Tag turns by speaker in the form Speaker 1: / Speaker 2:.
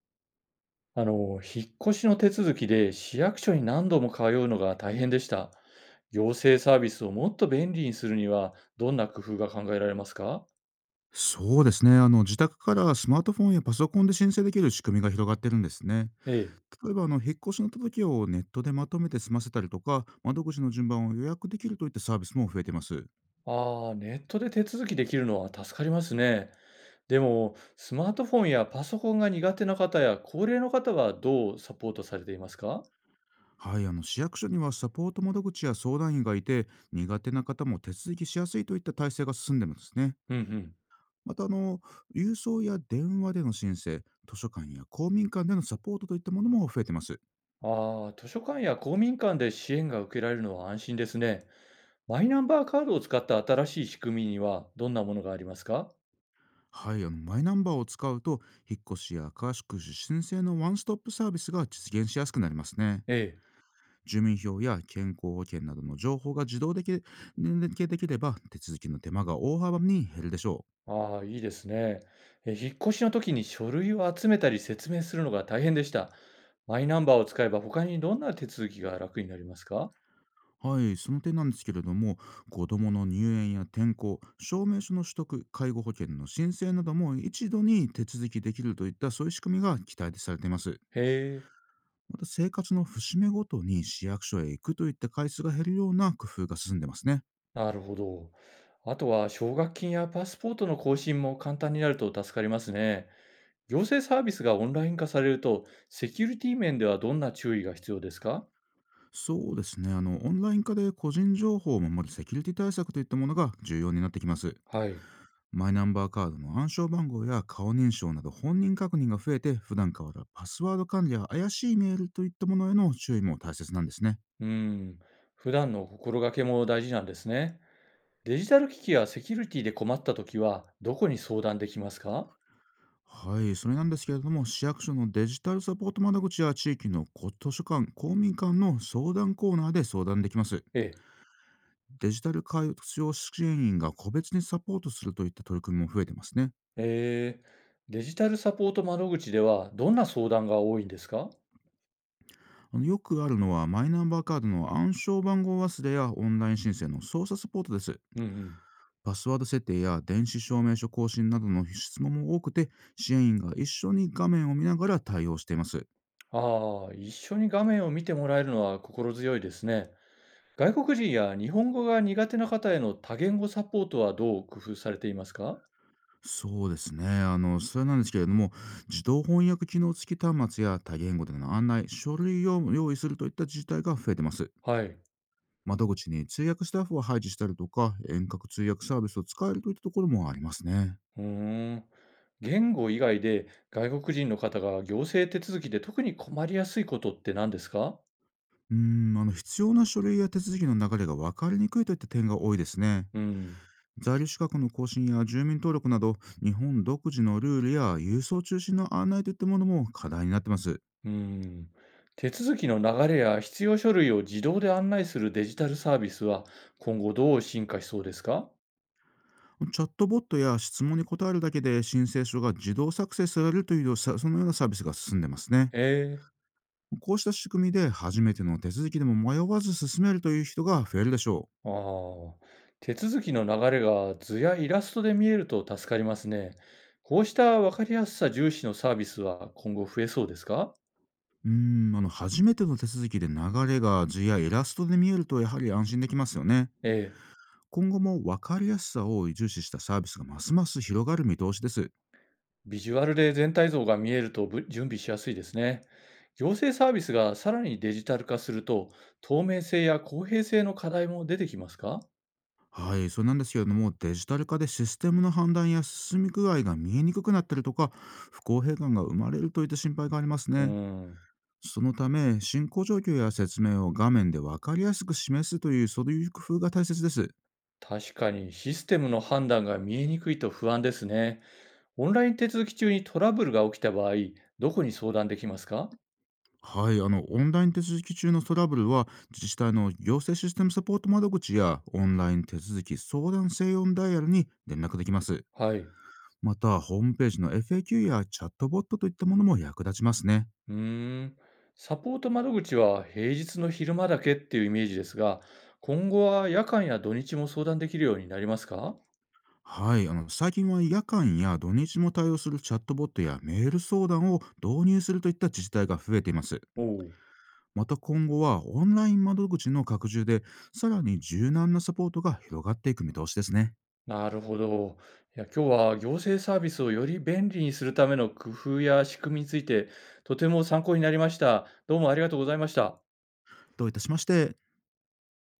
Speaker 1: 引っ越しの手続きで市役所に何度も通うのが大変でした。行政サービスをもっと便利にするには、どんな工夫が考えられますか？
Speaker 2: そうですね。自宅からスマートフォンやパソコンで申請できる仕組みが広がってるんですね。
Speaker 1: ええ。
Speaker 2: 例えば、引っ越しの届けをネットでまとめて済ませたりとか、窓口の順番を予約できるといったサービスも増えてます。
Speaker 1: ああ、ネットで手続きできるのは助かりますね。でも、スマートフォンやパソコンが苦手な方や高齢の方はどうサポートされていますか？
Speaker 2: はい、市役所にはサポート窓口や相談員がいて、苦手な方も手続きしやすいといった体制が進んでるんですね。
Speaker 1: うんうん。
Speaker 2: また、郵送や電話での申請、図書館や公民館でのサポートといったものも増えてます。
Speaker 1: ああ、図書館や公民館で支援が受けられるのは安心ですね。マイナンバーカードを使った新しい仕組みにはどんなものがありますか？
Speaker 2: はい、マイナンバーを使うと、引っ越しや家宿主申請のワンストップサービスが実現しやすくなりますね。
Speaker 1: ええ。
Speaker 2: 住民票や健康保険などの情報が自動で連携できれば、手続きの手間が大幅に減るでしょ
Speaker 1: ああ、いいですね。え、引っ越しの時に書類を集めたり説明するのが大変でした。マイナンバーを使えば他にどんな手続きが楽になりますか？
Speaker 2: う。はい、その点なんですけれども、子どもの入園や転校証明書の取得、介護保険の申請なども一度に手続きできるといった、そういう仕組みが期待されています。
Speaker 1: へえ。
Speaker 2: また、生活の節目ごとに市役所へ行くといった回数が減るような工夫が進んでますね。
Speaker 1: なるほど。あとは奨学金やパスポートの更新も簡単になると助かりますね。行政サービスがオンライン化されると、セキュリティ面ではどんな注意が必要ですか？
Speaker 2: そうですね。オンライン化で個人情報を守るセキュリティ対策といったものが重要になってきます。
Speaker 1: はい。
Speaker 2: マイナンバーカードの暗証番号や顔認証など本人確認が増えて、普段からパスワード管理や怪しいメールといったものへの注意も大切なんですね。
Speaker 1: うん。普段の心がけも大事なんですね。デジタル機器やセキュリティで困った時は、どこに相談できますか？
Speaker 2: はい、それなんですけれども、市役所のデジタルサポート窓口や地域の図書館、公民館の相談コーナーで相談できます。
Speaker 1: ええ。
Speaker 2: デジタル活用支援員が個別にサポートするといった取り組みも増えてますね。
Speaker 1: えー、デジタルサポート窓口ではどんな相談が多いんですか？
Speaker 2: よくあるのは、マイナンバーカードの暗証番号忘れやオンライン申請の操作サポートです。
Speaker 1: うんうん。
Speaker 2: パスワード設定や電子証明書更新などの質問も多くて、支援員が一緒に画面を見ながら対応しています。
Speaker 1: ああ、一緒に画面を見てもらえるのは心強いですね。外国人や日本語が苦手な方への多言語サポートはどう工夫されていますか？
Speaker 2: そうですね。それなんですけれども、自動翻訳機能付き端末や多言語での案内、書類を用意するといった自治体が増えてます。
Speaker 1: はい。
Speaker 2: 窓口に通訳スタッフを配置したりとか、遠隔通訳サービスを使えるといったところもありますね。
Speaker 1: うーん。言語以外で外国人の方が行政手続きで特に困りやすいことって何ですか？
Speaker 2: うーん、必要な書類や手続きの流れが分かりにくいといった点が多いですね。
Speaker 1: うん。
Speaker 2: 在留資格の更新や住民登録など、日本独自のルールや郵送中心の案内といったものも課題になってます。
Speaker 1: うーん。手続きの流れや必要書類を自動で案内するデジタルサービスは今後どう進化しそうですか？
Speaker 2: チャットボットや質問に答えるだけで申請書が自動作成されるというそのようなサービスが進んでますね。
Speaker 1: ええ。
Speaker 2: こうした仕組みで初めての手続きでも迷わず進めるという人が増えるでしょ
Speaker 1: ああ。手続きの流れが図やイラストで見えると助かりますね。こうした分かりやすさ重視のサービスは今後増えそうですか？
Speaker 2: う。うーん、初めての手続きで流れが図やイラストで見えるとやはり安心できますよね。
Speaker 1: ええ。
Speaker 2: 今後も分かりやすさを重視したサービスがますます広がる見通しです。
Speaker 1: ビジュアルで全体像が見えるとぶ準備しやすいですね。行政サービスがさらにデジタル化すると透明性や公平性の課題も出てきますか？
Speaker 2: はい、それなんですけれども、デジタル化でシステムの判断や進み具合が見えにくくなったりとか、不公平感が生まれるといった心配があります
Speaker 1: う
Speaker 2: ね。
Speaker 1: ん。
Speaker 2: そのため、進行状況や説明を画面で分かりやすく示すという、そういう工夫が大切です。
Speaker 1: 確かにシステムの判断が見えにくいと不安ですね。オンライン手続き中にトラブルが起きた場合、どこに相談できますか？
Speaker 2: はい、オンライン手続き中のトラブルは、自治体の行政システムサポート窓口や、オンライン手続き相談専用ダイヤルに連絡できます。
Speaker 1: はい。
Speaker 2: また、ホームページの FAQ やチャットボットといったものも役立ちますね。
Speaker 1: うーん。サポート窓口は平日の昼間だけっていうイメージですが、今後は夜間や土日も相談できるようになりますか？
Speaker 2: はい、最近は夜間や土日も対応するチャットボットやメール相談を導入するといった自治体が増えています。
Speaker 1: おおう。
Speaker 2: また、今後はオンライン窓口の拡充で、さらに柔軟なサポートが広がっていく見通しですね。
Speaker 1: なるほど。いや、今日は行政サービスをより便利にするための工夫や仕組みについて、とても参考になりました。どうもありがとうございました。
Speaker 2: どういたしまして。